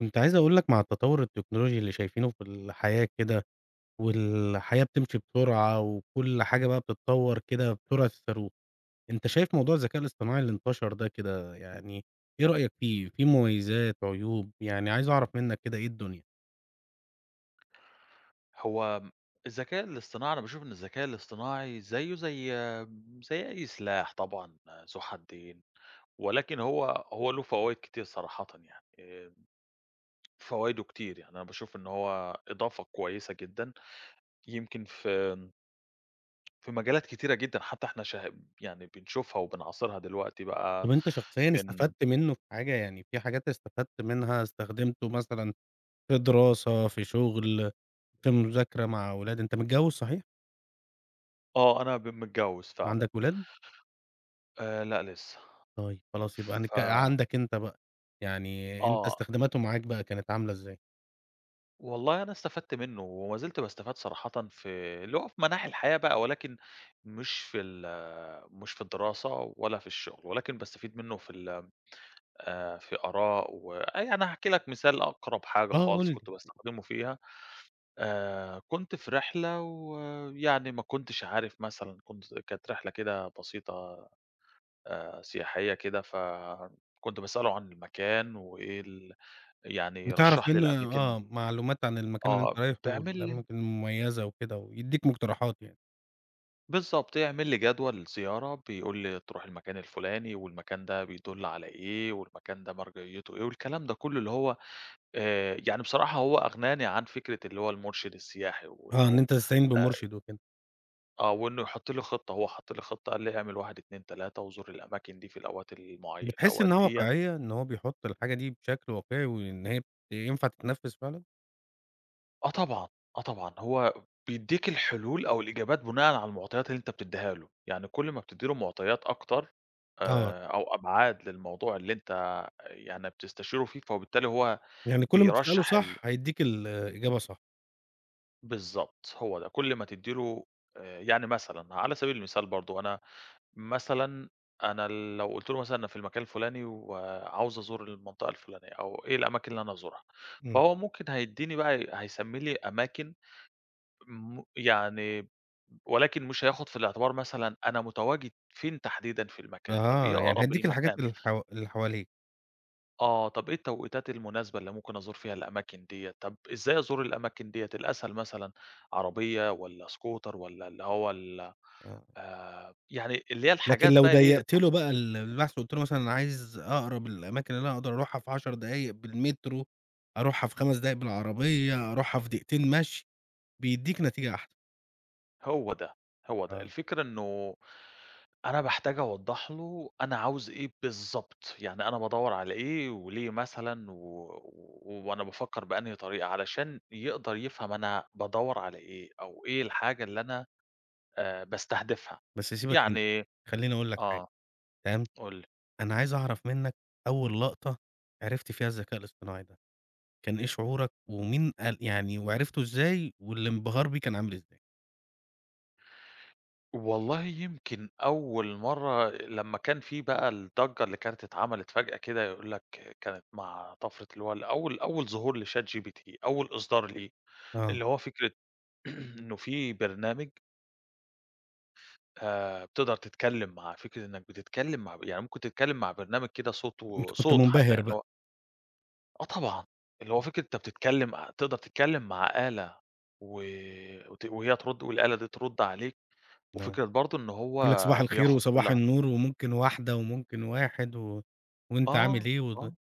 كنت عايز أقول لك مع التطور التكنولوجي اللي شايفينه في الحياة كده، والحياة بتمشي بسرعة، وكل حاجة بقى بتتطور كده بسرعة الصاروخ، أنت شايف موضوع الذكاء الاصطناعي اللي انتشر ده كده يعني إيه رأيك فيه؟ فيه مميزات، عيوب، يعني عايز أعرف منك كده إيه الدنيا؟ هو م الذكاء الاصطناعي، أنا باشوف إن الذكاء الاصطناعي زيه زي أي سلاح، طبعًا ذو حدين، ولكن هو له فوايد كتير صراحةً، يعني فوايده كتير. يعني أنا باشوف إن هو إضافة كويسة جدًا، يمكن في مجالات كتيرة جدًا، حتى إحنا يعني بنشوفها وبنعاصرها دلوقتي طب بقى. أنت شخصيًا من استفدت منه في حاجة؟ يعني في حاجات استفدت منها استخدمته مثلًا في دراسة، في شغل، في مذاكرة مع أولاد، أنت متجوز صحيح؟ آه، أنا متجوز فعلًا. وعندك ولاد؟ لأ، لسه. طيب خلاص يبقى ف هنك عندك أنت بقى، يعني أنت آه، استخداماته معاك بقى كانت عاملة إزاي؟ والله أنا استفدت منّه وما زلت باستفاد صراحةً في اللي هو في مناحي الحياة بقى، ولكن مش في ال مش في الدراسة ولا في الشغل، ولكن باستفيد منّه في ال في آراء و يعني هاحكي لك مثال. أقرب حاجة آه قُل خالص لي، كنت باستخدمه فيها، كنت في رحلة، ويعني ما كنتش عارف مثلًا، كانت رحلة كده بسيطة، سياحية كده، فكنت باسأله عن المكان وإيه ال يعني بتعرف رشّح لي منه الأماكن. معلومات عن المكان اللي آه، أنت رايحه بيعمل لي والأماكن المميزة وكده ويدّيك مقتراحات يعني، بالضبط، يعمل لي جدول زيارة، بيقول لي تروح المكان الفلاني، والمكان ده بيدُل على إيه، والمكان ده مرجعيته إيه، والكلام ده كلّه اللي هو، يعني بصراحة هو أغناني عن فكرة اللي هو المرشد السياحي، آه، إن أنت تستعين آآ، بمرشد وكده، وإنه يحط لي خطة. هو حط لي خطة، قال لي اعمل 1، 2، 3 وزور الأماكن دي في بتحس الأوقات إنها ديّة. واقعية إن هو بيحط الحاجة دي بشكل واقعي وإن هي بت ينفع تتنفذ فعلًا؟ آه طبعًا، آه طبعًا. هو بيدّيك الحلول أو الإجابات بناءً على المعطيات اللي أنت بتدّيها له، يعني كل ما بتدّي له معطيات أكتر، آه، أو أبعاد للموضوع اللي أنت يعني بتستشيره فيه، فبالتالي هو يعني كل ما تسأله بيرشّح ال صح هيدّيك الإجابة صح، بالضبط، هو ده. كل ما تدّي له، يعني مثلًا على سبيل المثال برضه، مثلًا أنا لو قُلت له مثلًا أنا في المكان الفلاني وعاوز أزور المنطقة الفلانية، أو إيه الأماكن اللي أنا أزورها، إمم، فهو ممكن هيدّيني بقى هيسمّي لي أماكن، يعني، ولكن مش هياخُد في الاعتبار مثلًا أنا متواجد فين تحديدًا في المكان. طب إيه آه، يعني أقرب هيدّيك المكان؟ الحاجات اللي اللي حواليك، آه، طب إيه التوقيتات المناسبة اللي ممكن أزور فيها الأماكن ديّة؟ طب إزاي أزور الأماكن ديّة؟ الأسهل مثلًا عربية والّا سكوتر، والّا اللي هو ال آه. يعني اللي هي لكن الحاجات لو بقى، إيه ضيّقت له التف بقى البحث وقُلت له مثلًا أنا عايز أقرب الأماكن اللي أنا أقدر أروحها في 10 دقايق بالمترو، أروحها في 5 دقايق بالعربية، أروحها في دقيقتين مشي، بيدّيك نتيجة أحسن. هو ده، هو ده. آه، الفكرة إنه أنا باحتاج أوضّح له أنا عاوز إيه بالضبط. يعني أنا بادوّر على إيه، وليه مثلًا، و و وأنا بافكّر بأنهي طريقة، علشان يقدر يفهم أنا بادوّر على إيه، أو إيه الحاجة اللي أنا باستهدفها. بس سيبك أنت، يعني خلّيني أقول لك حاجة، آه، تمام، قُل لي. أنا عايز أعرف منّك أول لقطة عرفت فيها الذكاء الاصطناعي ده، كان إيه شعورك ومين قال يعني وعرفته إزاي والانبهار بيه كان عامل إزاي؟ والله يمكن أول مرّة لمّا كان في بقى الضجّة اللي كانت اتعملت فجأة كده، يقول لك كانت مع طفرة اللي هو أول ظهور لChat GPT، أول إصدار ليه، آه، اللي هو فكرة إنه في برنامج، بتقدر تتكلّم معاه. فكرة إنّك بتتكلّم مع يعني ممكن تتكلّم مع برنامج كده، صوته صوت أنت كنت وصوت حتّى، منبهر يعني بقى. هو آه طبعًا، اللي هو فكرة أنت بتتكلّم ع تقدر تتكلّم مع آلة، و وت وهي ترُد، والآلة دي ترُد عليك، آه. وفكرة برضه إن هو يقول لك صباح الخير بياخُد في وصباح اللحظ النور وممكن واحدة وممكن واحد و وأنت عامل آه، إيه آه.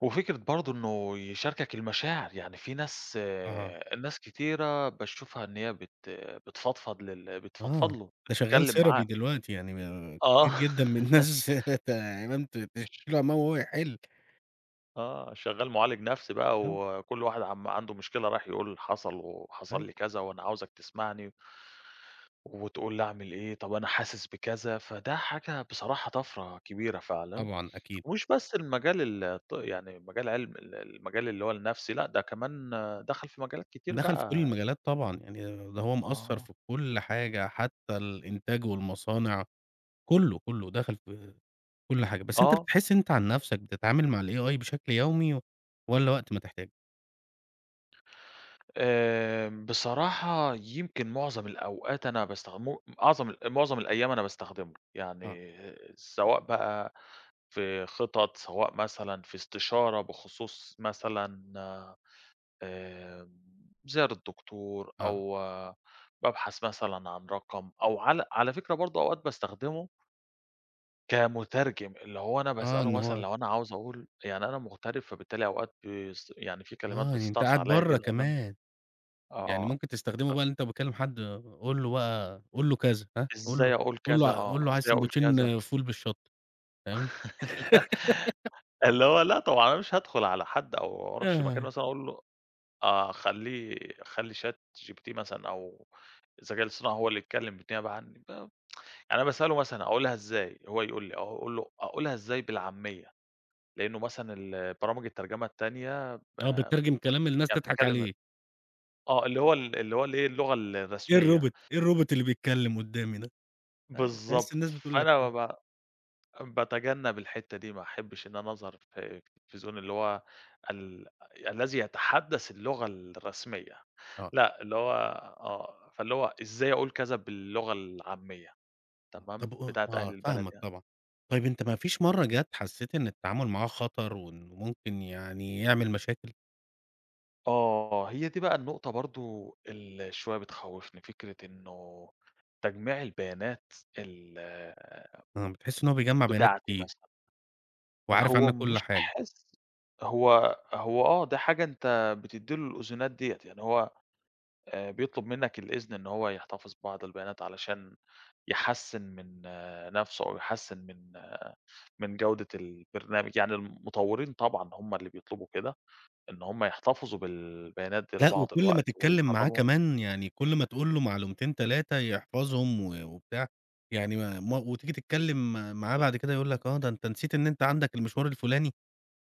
وفكرة برضه إنه يشاركك المشاعر. يعني في ناس، آه، آه، ناس كتيرة باشوفها إن هي بتفضفض آه، له، ده شغال بتتكلم معاه. سيرابي دلوقتي يعني ما آه. كتير جدًا من الناس تمام تشكي له عمّال وهو يحل. آه، شغّال معالج نفسي بقى، آه، وكل واحد عنده مشكلة رايح يقول حصل، وحصل أيوه، لي كذا، وأنا عاوزك تسمعني وتقول لي أعمل إيه، طب أنا حاسس بكذا. فده حاجة، بصراحة، طَفرة كبيرة فعلًا. طبعًا أكيد. ومش بس المجال ال- الط يعني مجال علم ال المجال اللي هو النفسي، لأ، ده كمان، دخل في مجالات كتير دخل في كل بقى. المجالات طبعًا، يعني ده هو مأثّر آه. في كل حاجة حتى الإنتاج والمصانع، كُلّه دخل في كل حاجة. بس أنت آه. بتحس أنت عن نَفْسك بتتعامل مع الAI بشكل يومي والّا وقت ما تحتاج؟ بصراحة يمكن معظم الأيام أنا باستخدمه. آه، يعني سواء بقى في خطط، سواء مثلًا في استشارة بخصوص مثلًا، آمم، زيارة دكتور، آه، أو بابحث مثلًا عن رقم، أو على فكرة برضه أوقات باستخدمه كمترجم، اللي هو أنا آه، باسأله إن مثلًا هو لو أنا عاوز أقول، يعني أنا مغترب، فبالتالي أوقات يعني في كلمات آه، يعني أنت بتستعصي قاعد عليّا برّه كده، وإن أنا كمان، يعني آه. ممكن تستخدمه بقى اللي أنت بتكلم حد قُل له بقى قُل له كذا، ها، قُل له إزاي أقول قُل كذا، له آه، قُل له عايز إزاي أقول كذا. ساندوتشين فول بالشطة، فاهم؟ لأ، اللي هو لأ طبعًا أنا مش هادخل على حد أو أروحش مكان آه. مثلًا أقول له، آآ خلّيه خلّي ChatGPT مثلًا، أو الذكاء الاصطناعني هو اللي يتكلم بالنيابة عني. يعني أنا باسأله مثلًا أقولها إزاي، هو يقول لي. آه، أقول له أقولها إزاي بالعامية، لإنه مثلًا ال برامج الترجمة التانية، آه، بتترجم كلام الناس يعني تضحك بتتكلم، عليه، اللي هو اللي هو الإيه، اللغة إيه الرسمية. الروبوت، إيه الروبوت اللي بيتكلم قدّامي ده، أيوه تحس بالضبط، الناس بتقول لك فأنا كده، باتجنب الحتّة دي، ما أحبش إن أنا أظهر في التلفزيون اللي هو ال الذي يتحدث اللغة الرسمية، آه، لأ، اللي هو آه، فاللي هو إزاي أقول كذا باللغة العامية، آه، تمام، طب قُل بتاعة أهل آه، البلد فاهمك يعني. طبعًا. طيب أنت ما فيش مرّة جات حسيت إن التعامل معاه خطر وإنه ممكن يعني يعمل مشاكل؟ آه، هي دي بقى النقطة برضه اللي شوية بتخوّفني. فكرة إنه تجميع البيانات ال آه، بتحس إن هو بيجمّع بيانات بتاعتي كتير مثلًا. وعارف هو عنك كل مش حاجة. باحس، هو هو آه، ده حاجة أنت بتدّي له الأذونات ديّة، يعني هو بيطلب منّك الإذن إن هو يحتفظ ببعض البيانات، علشان يحسّن من نَفْسه، أو يحسّن من من جودة البرنامج. يعني المطوّرين طبعًا هم اللي بيطلبوا كده، إن هم يحتفظوا بالبيانات دي لأ، لبعض وكل ما الوقت تتكلّم معاه ويدرّبوا. كمان يعني كل ما تقول له معلومتين 3 يحفظهم وبتاع، يعني ما وتيجي تتكلّم معاه بعد كده يقول لك ده أنت نسيت إن أنت عندك المشوار الفلاني،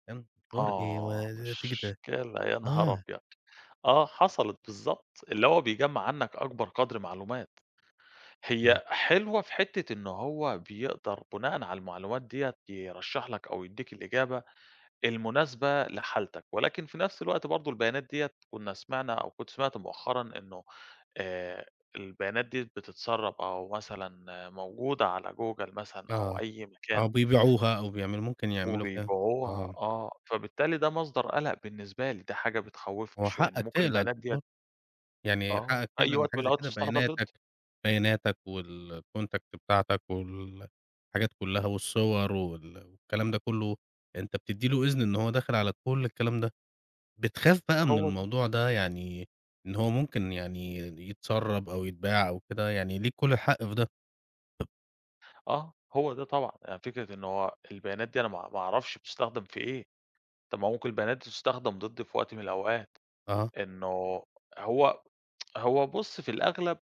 يا ن مشوار إيه آه، وتيجي مشكلة يا نهار آه، أبيض! آه، حصلت بالضبط، اللي هو بيجمّع عنّك أكبر قدر معلومات. آه، هي حلوة في حتّة إن هو بيقدر بناءً على المعلومات ديّة يرشّح لك أو يدّيك الإجابة المناسبة لحالتك، ولكن في نفس الوقت برضه البيانات ديّة، كنا سمعنا أو كنت سمعت مؤخرًا إنه، آآ البيانات دي بتتسرّب، أو مثلًا آه، موجودة على جوجل مثلًا أو آه، أي مكان، آه، بيبيعوها أو بيعملوا ممكن يعملوا فيها وبيبيعوها. آه، آه، فبالتالي ده مصدر قَلَق بالنسبة لي، ده حاجة بتخوّفني هو شوية، إن حقك ممكن تقلق البيانات ديّة، برضه. يعني حقك أي تقلق من وقت حاجة من زي الأوقات كده، تستخدم بياناتك ضدّي. بياناتك والcontact بتاعتك والحاجات كلّها والصور والكلام ده كلّه، أنت بتدّي له إذن إن هو داخل على كل الكلام ده، بتخاف بقى من هو ده، الموضوع ده يعني إن هو ممكن يعني يتسرّب أو يتباع أو كده، يعني ليك كل الحق في ده، آه، هو ده طبعًا. يعني فكرة إن هو البيانات دي، أنا ما أعرفش بتستخدم في إيه. طَب ما ممكن البيانات دي تستخدم ضدّي في وقت من الأوقات. أها، إنه هو هو بُص، في الأغلب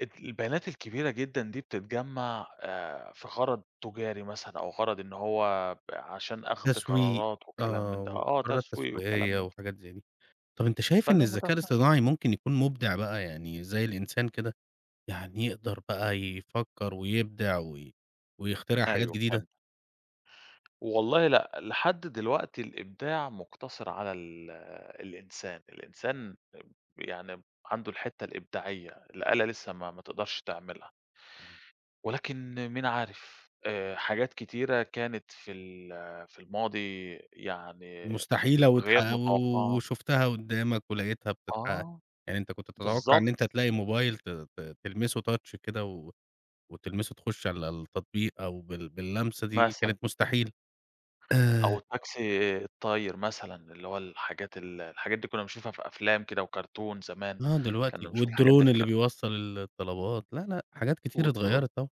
البيانات الكبيرة جدًا دي بتتجمّع، في غرض تجاري مثلًا، أو غرض إن هو عشان أخْد تسويق قرارات وكلام من آه، ده، وقرارات تسويق وكلام تسويقية من ده. وحاجات زي دي. طَب أنت شايف إن فأنا متف الذكاء الاصطناعي ممكن يكون مُبدع بقى يعني زي الإنسان كده؟ يعني يقدر بقى يفكّر ويبدع ويخترع حاجات أيوه جديدة؟ فهمت. والله لأ، لحد دلوقتي الإبداع مُقتصِر على الإنسان. الإنسان يعني عنده الحتّة الإبداعية، الآلة لسه ما تقدَرش تعملها، آه. ولكن مين عارف، حاجات كتيرة كانت في في الماضي، يعني مستحيلة وتح غير و متوقعة. وشُفتها قدّامك ولقيتها بتتحقق، آه، يعني أنت كنت تتوقع إن أنت بالضبط، تلاقي موبايل ت ت تلمسه touch كده وتلمسه تخش على التطبيق أو باللمسة دي كانت مثلًا، مستحيل. أو آآ التاكسي الطاير مثلًا، اللي هو الحاجات، الحاجات دي كنا بنشوفها في أفلام كده، وكرتون زمان، آه، كنا دلوقتي بنشوف الحاجات دي والدرون في اللي كرتون، بيوصّل الطلبات، لا، لأ حاجات كتير والدرون. اتغيّرت طبعًا.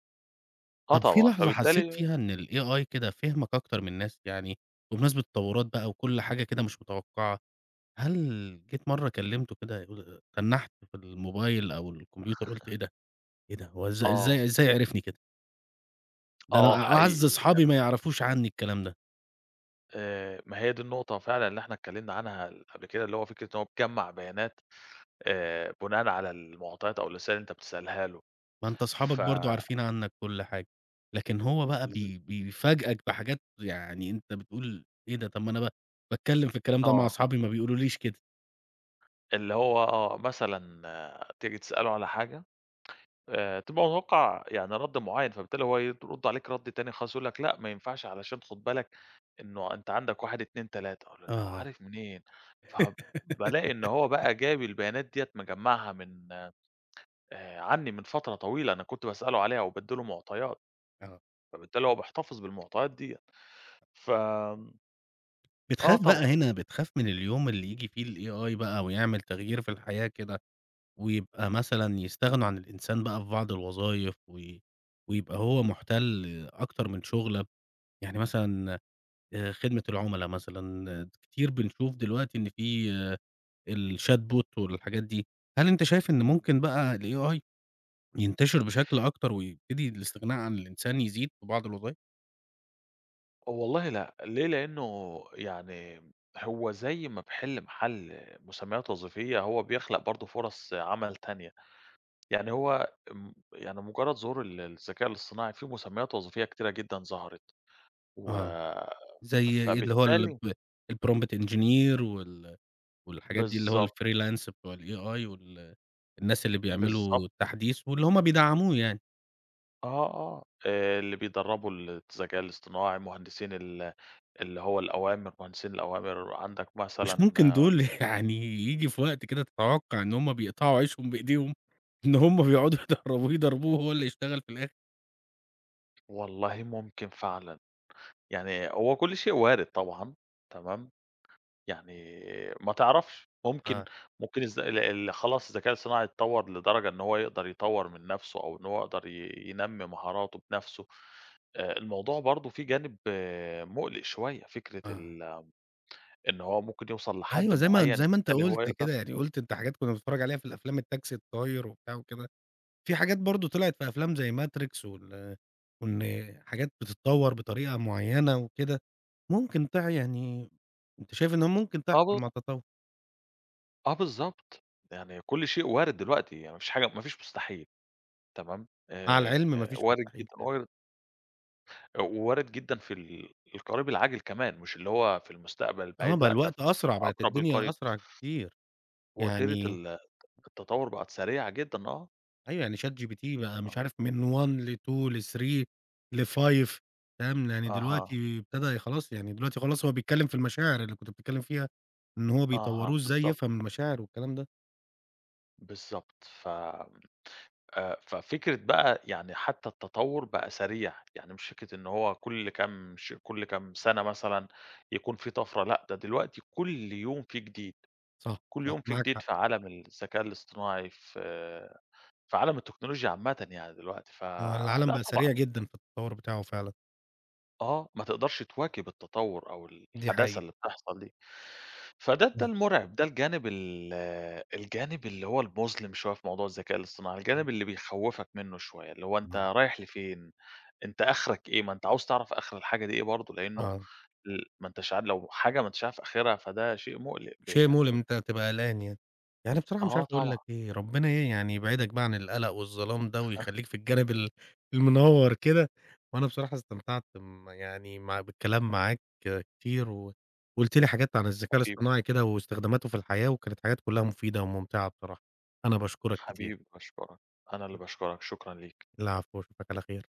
آه طب في طبعًا، لحظة حسّيت فبالتالي فيها إن الAI كده فهمك أكتر من الناس؟ يعني بمناسبة التطوّرات بقى وكل حاجة كده مش متوقعة هل جيت مرّة كلّمته كده يقول تنّحت في الموبايل أو الكمبيوتر قُلت إيه ده، إيه ده، هو إز إزاي آه، إزاي عرفني كده؟ ده أنا آه، حقيقي، أعز أصحابي ما يعرفوش عنّي الكلام ده، ما هي دي النقطة فعلًا اللي إحنا اتكلمنا عنها قبل كده، اللي هو فكرة إن هو بيجمّع بيانات، بناءً على المعطيات أو الأسئلة اللي أنت بتسألها له. ما أنت أصحابك ف برضه عارفين عنّك كل حاجة، لكن هو بقى ل بيفاجئك بحاجات يعني أنت بتقول إيه ده، طب ما أنا باتكلّم في الكلام ده مع آه، أصحابي ما بيقولوليش كده. اللي هو مثلًا تيجي تسأله على حاجة، تبقى متوقّع يعني رَد معيّن، فبالتالي هو يرُد عليك رَد تاني خالص، يقول لك: "لأ، ما ينفعش، علشان خُد بالك إنه أنت عندك 1، 2، 3"، أقول له: "لو آه، عارف منين؟" فبالاقي إن هو بقى جاب البيانات ديّة مجمّعها من، عنّي من فترة طويلة، أنا كنت باسأله عليها وبادّي له معطيات، آه. فبالتالي هو بيحتفظ بالمعطيات ديّة. ف آمم، آه بتخاف بقى طبعًا. هنا بتخاف من اليوم اللي ييجي فيه الAI بقى ويعمل تغيير في الحياة كده ويبقى مثلًا يستغنوا عن الإنسان بقى في بعض الوظايف، ويبقى هو مُحتَل أكتر من شُغلة، يعني مثلًا خدمة العُملا مثلًا، آه، كتير بنشوف دلوقتي إن في الchat bot والحاجات دي، هل أنت شايف إن إمم، ممكن بقى الAI ينتشر بشكل أكتر ويبتدي الاستغناء عن الإنسان يزيد في بعض الوظايف؟ والله لأ. ليه؟ لإنه يعني هو زي ما باحِل محل مسميّات وظيفية، هو بيخلق برضه فُرَص عمل تانية. يعني هو، يعني مجرّد ظهور الذكاء الاصطناعي، في مسميات وظيفية كتيرة جدًا ظهرت، و آه، زي اللي هو الب فبالتالي الprompt engineer والحاجات دي اللي هو بالضبط، الfreelance بتوع الAI الناس اللي بيعملوا بالضبط، تحديث واللي هم بيدعّموه يعني. آه، آه، اللي بيدرّبوا الذكاء الاصطناعي، مهندسين ال اللي هو الأوامر، مهندسين الأوامر. عندك مش مثلًا ممكن آه، دول يعني ييجي في وقت كده تتوقع إن هُم بيقطعوا عيشهم بإيديهم، إن هُم بيقعدوا يدرّبوه يضربوه وهو اللي يشتغل في الآخر. والله ممكن فعلًا. يعني هو كل شيء وارد طبعًا، تمام؟ يعني ما تعرفش، ممكن، آه. ممكن الذ ال ال خلاص الذكاء الصناعي اتطور لدرجة إن هو يقدر يطور من نفسه، أو إن هو يقدر ينمي مهاراته بنفسه. الموضوع برضه فيه جانب، مُقلق شوية. فكرة آه. إن هو ممكن يوصل لحد أيوه زي ما معيّن، زي ما أنت بالتالي هو قُلت يقدر، كده، يعني قُلت أنت حاجات كنا بنتفرّج عليها في الأفلام التاكسي الطاير وبتاع وكده، في حاجات برضه طلعت في أفلام زي ماتريكس وإن حاجات بتتطوّر بطريقة معيّنة وكده، ممكن يعني أنت شايف إنها ممكن آه تحصل مع بالضبط، التطوّر، آه بالضبط. يعني كل شيء وارد دلوقتي، يعني ما فيش حاجة، ما فيش مستحيل، تمام، مع العلم ما فيش وارد مستحيل جدًا، فعلًا. وارد جدًا في القريب العاجل كمان، مش اللي هو في المستقبل آه البعيد، بقى لأ، ده في الوقت أسرع، بقت أقرب الدنيا القريب. أسرع كتير. وتيرة يعني التطور بقت سريعة جدًا. آه، أيوه، يعني ChatGPT بقى مش آه، عارف من 1 ل2 ل3 ل5 فاهم، يعني أها، دلوقتي ابتدى خلاص يعني دلوقتي خلاص هو بيتكلّم في المشاعر اللي كنت بتتكلّم فيها، إن هو أها، بيطوّروه إزاي بالضبط، يفهم المشاعر والكلام ده، بالضبط. ف ففكرة بقى، يعني حتى التطور بقى سريع، يعني مش فكرة إن هو كل كام، ش كل كام سنة مثلًا يكون في طفرة، لأ، ده دلوقتي كل يوم في جديد، صح، كل صح يوم في معاك جديد حق، في عالم الذكاء الاصطناعي، في عالم التكنولوجيا عامةً، يعني دلوقتي، آه، العالم فلأ بقى طبعًا. سريع جدًا في التطوّر بتاعه فعلًا، آه، ما تقدرش تواكب التطوّر أو دي الحداثة حقيقة. اللي بتحصل دي. ده المُرعب، ده الجانب اللي هو المُظلم شوية في موضوع الذكاء الاصطناعي، الجانب اللي بيخوّفك منّه شوية، اللي هو أنت إمم. رايح لفين، أنت آخرك إيه. ما أنت عاوز تعرف آخر الحاجة دي إيه برضه، لإنه آه. ما أنتش عار، لو حاجة ما أنتش عارف آخرها، فده شيء مُقلق، شيء مؤلم إن يعني أنت تبقى قلقان يعني. يعني بصراحة مش آه عارف أقول طبعًا. لك إيه، ربنا إيه يعني يبعدك بقى عن القلق والظلام ده ويخلّيك في الجانب المنوّر كده، وأنا بصراحة استمتعت م يعني مع بالكلام معاك كتير وقُلت لي حاجات عن الذكاء حبيبي، الاصطناعي كده واستخداماته في الحياة، وكانت حاجات كلّها مفيدة وممتعة بصراحة. أنا باشكرك كتير. حبيبي باشكرك، أنا اللي باشكرك، شكرًا ليك. العفو، وأشوفك على خير.